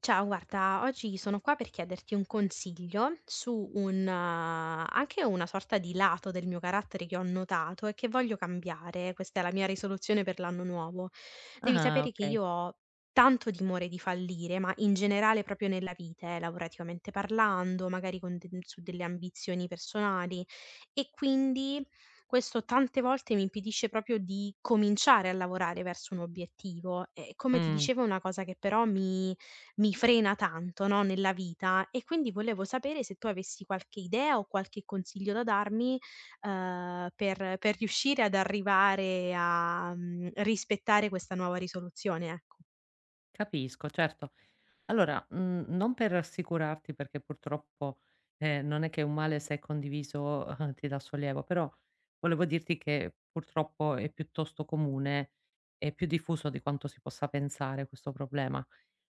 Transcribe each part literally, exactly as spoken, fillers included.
Ciao, guarda, oggi sono qua per chiederti un consiglio su un, eh, anche una sorta di lato del mio carattere che ho notato e che voglio cambiare. Questa è la mia risoluzione per l'anno nuovo. Devi Ah, sapere che okay. io ho tanto timore di fallire, ma in generale proprio nella vita, eh, lavorativamente parlando, magari con de- su delle ambizioni personali e quindi questo tante volte mi impedisce proprio di cominciare a lavorare verso un obiettivo. E come ti Mh, dicevo, è una cosa che però mi mi frena tanto, no, nella vita e quindi volevo sapere se tu avessi qualche idea o qualche consiglio da darmi, uhm, per per riuscire ad arrivare a, mhmm, rispettare questa nuova risoluzione, ecco. capisco, certo. Allora, mhmm, non per rassicurarti perché purtroppo, ehm, non è che un male se è condiviso, ti dà sollievo, però volevo dirti che purtroppo è piuttosto comune e più diffuso di quanto si possa pensare questo problema.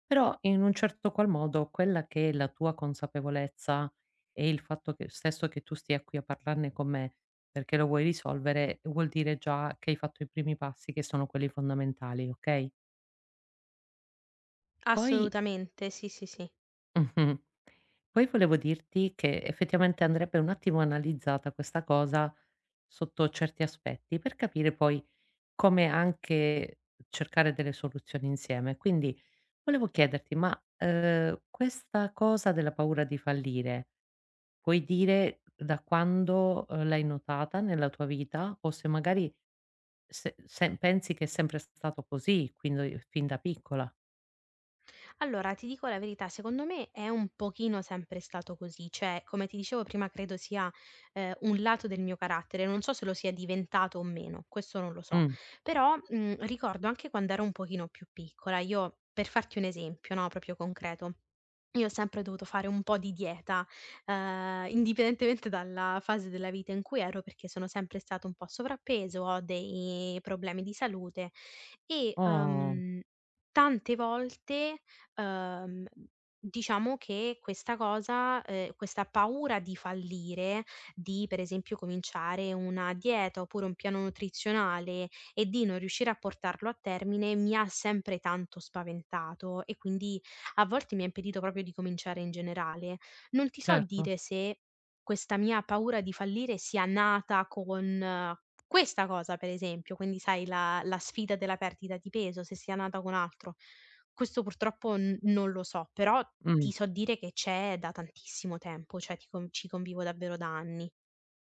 Però in un certo qual modo quella che è la tua consapevolezza e il fatto che stesso che tu stia qui a parlarne con me perché lo vuoi risolvere, vuol dire già che hai fatto i primi passi che sono quelli fondamentali, okay? Poi. Assolutamente, sì, sì, sì. Mh-mh. Poi volevo dirti che effettivamente andrebbe un attimo analizzata questa cosa sotto certi aspetti, per capire poi come anche cercare delle soluzioni insieme. Quindi volevo chiederti: ma, ehm, questa cosa della paura di fallire, puoi dire da quando, ehm, l'hai notata nella tua vita? O se magari se se pensi che è sempre stato così, quindi fin da piccola? Allora, ti dico la verità, secondo me è un pochino sempre stato così, cioè come ti dicevo prima credo sia, ehm, un lato del mio carattere, non so se lo sia diventato o meno, questo non lo so. Mh. Però, mhmm, ricordo anche quando ero un pochino più piccola, io per farti un esempio, no, proprio concreto io ho sempre dovuto fare un po' di dieta, ehm, indipendentemente dalla fase della vita in cui ero, perché sono sempre stata un po' a sovrappeso, ho dei problemi di salute e, Oh, uhm, tante volte, uhm, diciamo che questa cosa ehm, questa paura di fallire, di per esempio cominciare una dieta oppure un piano nutrizionale e di non riuscire a portarlo a termine, mi ha sempre tanto spaventato e quindi a volte mi ha impedito proprio di cominciare in generale. Non ti so certo. dire se questa mia paura di fallire sia nata con eh, questa cosa, per esempio, quindi sai la la sfida della perdita di peso, se sia nata con altro. Questo purtroppo n non lo so, però Mh. ti so dire che c'è da tantissimo tempo, cioè ti con ci convivo davvero da anni.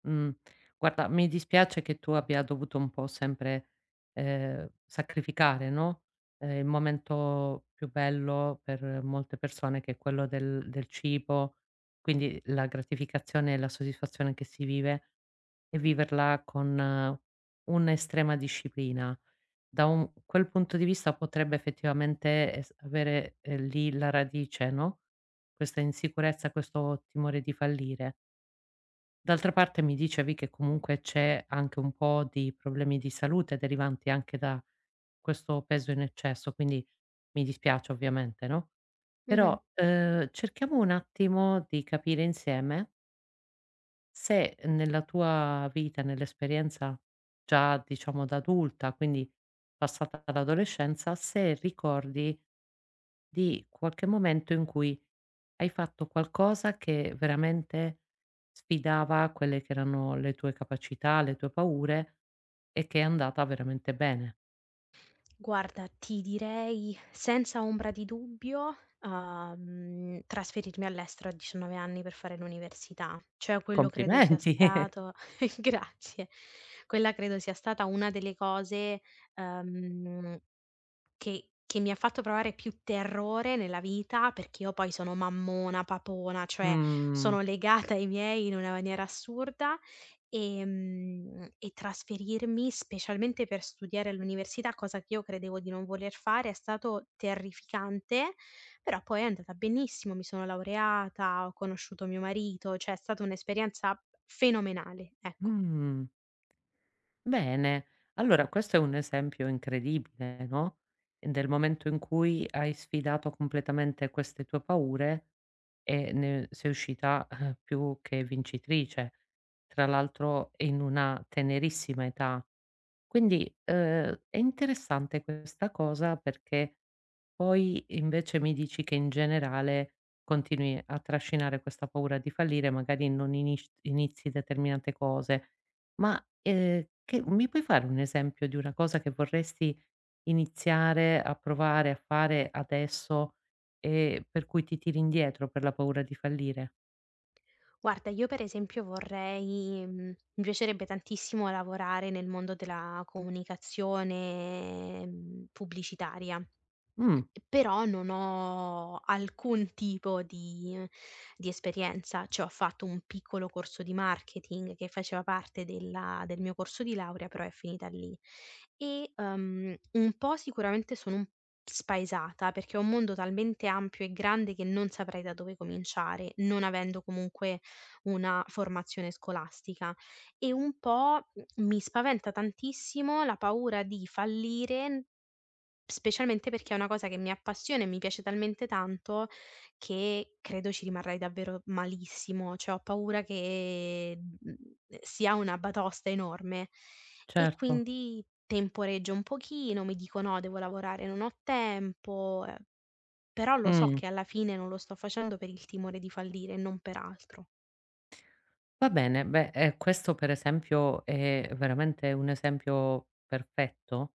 Mh. Guarda, mi dispiace che tu abbia dovuto un po' sempre, ehm, sacrificare, no, ehm, il momento più bello per molte persone che è quello del del cibo, quindi la gratificazione e la soddisfazione che si vive e viverla con eh, un'estrema disciplina. Da un quel punto di vista potrebbe effettivamente es avere, ehm, lì la radice, no, questa insicurezza, questo timore di fallire. D'altra parte mi dicevi che comunque c'è anche un po' di problemi di salute derivanti anche da questo peso in eccesso, quindi mi dispiace ovviamente, no, Mh-mh. però, ehm, cerchiamo un attimo di capire insieme se nella tua vita, nell'esperienza già diciamo da adulta, quindi passata dall'adolescenza, se ricordi di qualche momento in cui hai fatto qualcosa che veramente sfidava quelle che erano le tue capacità, le tue paure e che è andata veramente bene. Guarda, ti direi senza ombra di dubbio, uhm, trasferirmi all'estero a diciannove anni per fare l'università. Cioè quello credo sia Complimenti! stato grazie. Quella credo sia stata una delle cose, uhm che che mi ha fatto provare più terrore nella vita, perché io poi sono mammona, papona, cioè Mh, sono legata ai miei in una maniera assurda, ehm, e trasferirmi, specialmente per studiare all'università, cosa che io credevo di non voler fare, è stato terrificante, però poi è andata benissimo, mi sono laureata, ho conosciuto mio marito, cioè è stata un'esperienza fenomenale, ecco. mh, bene. Allora questo è un esempio incredibile, no, del momento in cui hai sfidato completamente queste tue paure e ne sei uscita, eh, più che vincitrice. Tra l'altro in una tenerissima età. Quindi, uhm, è interessante questa cosa perché poi invece mi dici che in generale continui a trascinare questa paura di fallire, magari non inisc inizi determinate cose. Ma, ehm, che mi puoi fare un esempio di una cosa che vorresti iniziare a provare a fare adesso e per cui ti tiri indietro per la paura di fallire? Guarda, io per esempio vorrei mhmm, mi piacerebbe tantissimo lavorare nel mondo della comunicazione, mhmm, pubblicitaria. Mh, Però non ho alcun tipo di di esperienza, cioè ho fatto un piccolo corso di marketing che faceva parte della del mio corso di laurea, però è finita lì. E, uhm, un po' sicuramente sono un spaesata, perché è un mondo talmente ampio e grande che non saprei da dove cominciare, non avendo comunque una formazione scolastica. E un po', mhmm, mi spaventa tantissimo la paura di fallire. Specialmente perché è una cosa che mi appassiona e mi piace talmente tanto che credo ci rimarrei davvero malissimo, cioè ho paura che, mhmm, sia una batosta enorme. E certo. quindi temporeggio un pochino, mi dico: "No, devo lavorare, non ho tempo", ehm, però lo so Mh. che alla fine non lo sto facendo per il timore di fallire e non per altro. Va bene, beh, ehm, questo per esempio è veramente un esempio perfetto,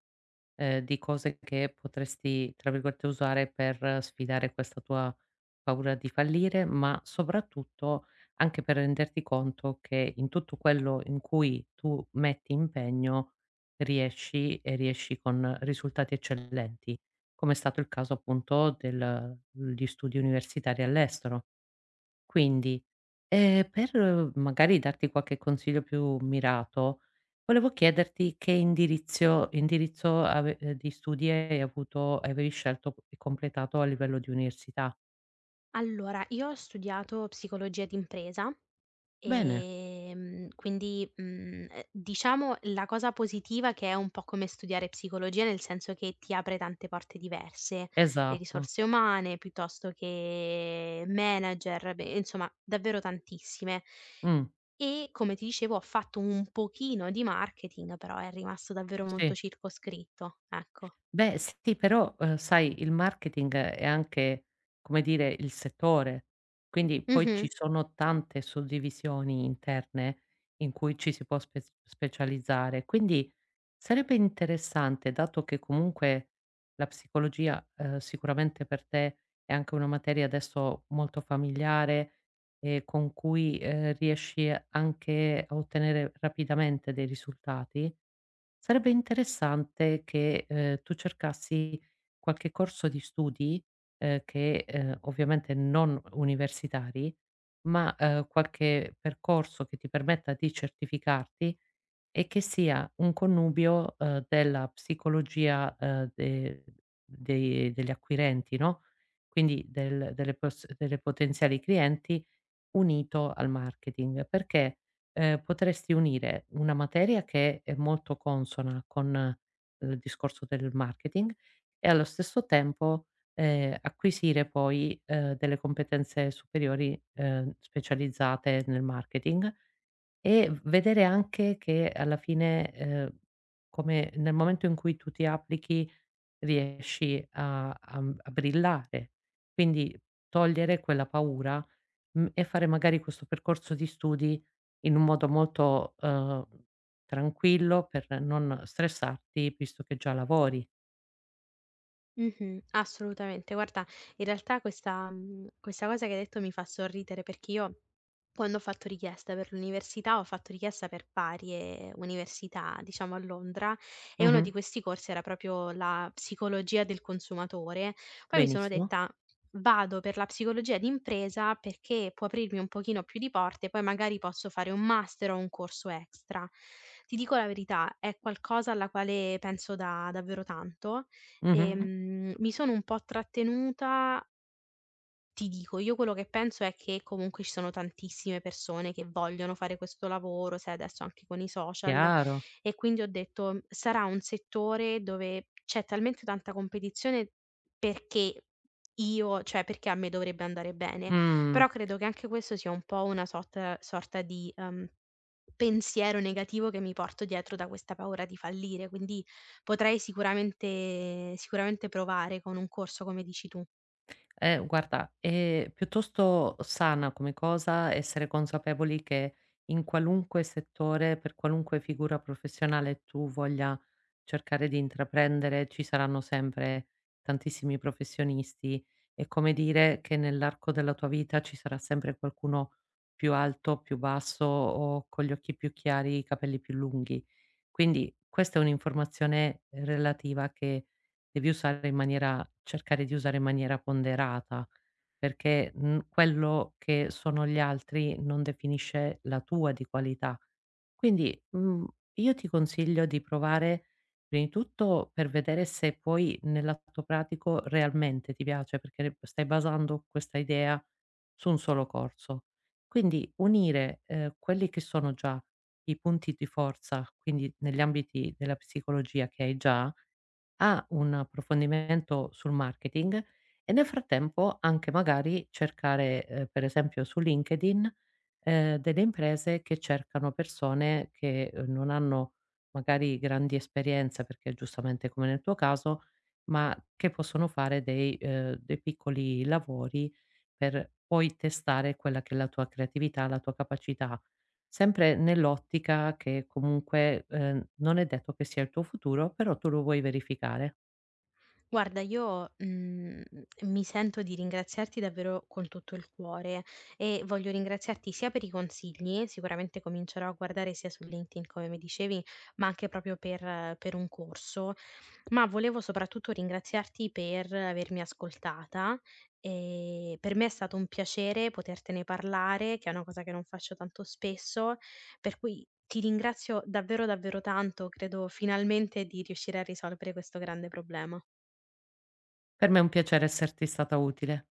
ehm, di cose che potresti, tra virgolette, "usare" per sfidare questa tua paura di fallire, ma soprattutto anche per renderti conto che in tutto quello in cui tu metti impegno riesci e riesci con risultati eccellenti, come è stato il caso appunto del gli studi universitari all'estero. Quindi, ehm, per eh, magari darti qualche consiglio più mirato, volevo chiederti che indirizio indirizzo ave ehm, di studi hai avuto avevi scelto e completato a livello di università. Allora, io ho studiato psicologia d'impresa. Bene, Ehm, quindi, mhmm, ehm, diciamo la cosa positiva che è un po' come studiare psicologia, nel senso che ti apre tante porte diverse, le esatto. risorse umane piuttosto che manager, beh, insomma davvero tantissime. Mh, E come ti dicevo ho fatto un pochino di marketing, però è rimasto davvero sì. molto circoscritto, ecco. Beh, sì, però, uhm, sai, il marketing è anche, come dire, il settore, quindi poi Mh-mh. ci sono tante suddivisioni interne in cui ci si può spez specializzare. Quindi sarebbe interessante, dato che comunque la psicologia, uhm, sicuramente per te è anche una materia adesso molto familiare e con cui, ehm, riesci anche a ottenere rapidamente dei risultati. Sarebbe interessante che, ehm, tu cercassi qualche corso di studi, ehm, che, ehm, ovviamente non universitari, ma, ehm, qualche percorso che ti permetta di certificarti e che sia un connubio, ehm, della psicologia, ehm, de dei degli acquirenti, no, quindi del delle pers delle potenziali clienti unito al marketing, perché, ehm, potresti unire una materia che è molto consona con eh, il discorso del marketing e allo stesso tempo, ehm, acquisire poi, ehm, delle competenze superiori, ehm, specializzate nel marketing e v vedere anche che alla fine, ehm, come nel momento in cui tu ti applichi riesci a a mhmm, a brillare. Quindi togliere quella paura, mhmm, e fare magari questo percorso di studi in un modo molto, uhm, tranquillo per non stressarti, visto che già lavori. Mh-mh, assolutamente. Guarda, in realtà questa mhmm, questa cosa che hai detto mi fa sorridere perché io quando ho fatto richiesta per l'università, ho fatto richiesta per varie università, diciamo a Londra, e uno Mh-mh. di questi corsi era proprio la psicologia del consumatore. Poi mi sono Benissimo. detta: "Vado per la psicologia d'impresa perché può aprirmi un pochino più di porte, poi magari posso fare un master o un corso extra". Ti dico la verità, è qualcosa alla quale penso da davvero tanto. Mh-mh. Ehm, mi sono un po' trattenuta, ti dico, io quello che penso è che comunque ci sono tantissime persone che vogliono fare questo lavoro, sai adesso anche con i social, Chiaro. e quindi ho detto sarà un settore dove c'è talmente tanta competizione perché io, cioè perché a me dovrebbe andare bene, Mh. però credo che anche questo sia un po' una sorta, sorta di ehm, pensiero negativo che mi porto dietro da questa paura di fallire, quindi potrei sicuramente, sicuramente provare con un corso come dici tu. Eh, guarda, è piuttosto sana come cosa essere consapevoli che in qualunque settore, per qualunque figura professionale tu voglia cercare di intraprendere, ci saranno sempre tantissimi professionisti. È come dire che nell'arco della tua vita ci sarà sempre qualcuno più alto, più basso o con gli occhi più chiari, i capelli più lunghi. Quindi questa è un'informazione relativa che devi usare in maniera cercare di usare in maniera ponderata, perché, mhmm, quello che sono gli altri non definisce la tua di qualità. Quindi, mhmm, io ti consiglio di provare, prima di tutto per vedere se poi nell'atto pratico realmente ti piace, perché stai basando questa idea su un solo corso. Quindi unire, ehm, quelli che sono già i punti di forza, quindi negli ambiti della psicologia che hai già ha un approfondimento sul marketing e nel frattempo anche magari cercare, ehm, per esempio su LinkedIn, ehm, delle imprese che cercano persone che, uhm, non hanno magari grandi esperienze, perché giustamente come nel tuo caso, ma che possono fare dei ehm, dei piccoli lavori per poi testare quella che è la tua creatività, la tua capacità, sempre nell'ottica che comunque, ehm, non è detto che sia il tuo futuro, però tu lo vuoi verificare. Guarda, io, mhmm, mi sento di ringraziarti davvero con tutto il cuore e voglio ringraziarti sia per i consigli, sicuramente comincerò a guardare sia su LinkedIn come mi dicevi, ma anche proprio per eh, per un corso, ma volevo soprattutto ringraziarti per avermi ascoltata. Ehm, per me è stato un piacere potertene parlare, che è una cosa che non faccio tanto spesso, per cui ti ringrazio davvero, davvero tanto, credo finalmente di riuscire a risolvere questo grande problema. Per me è un piacere esserti stata utile.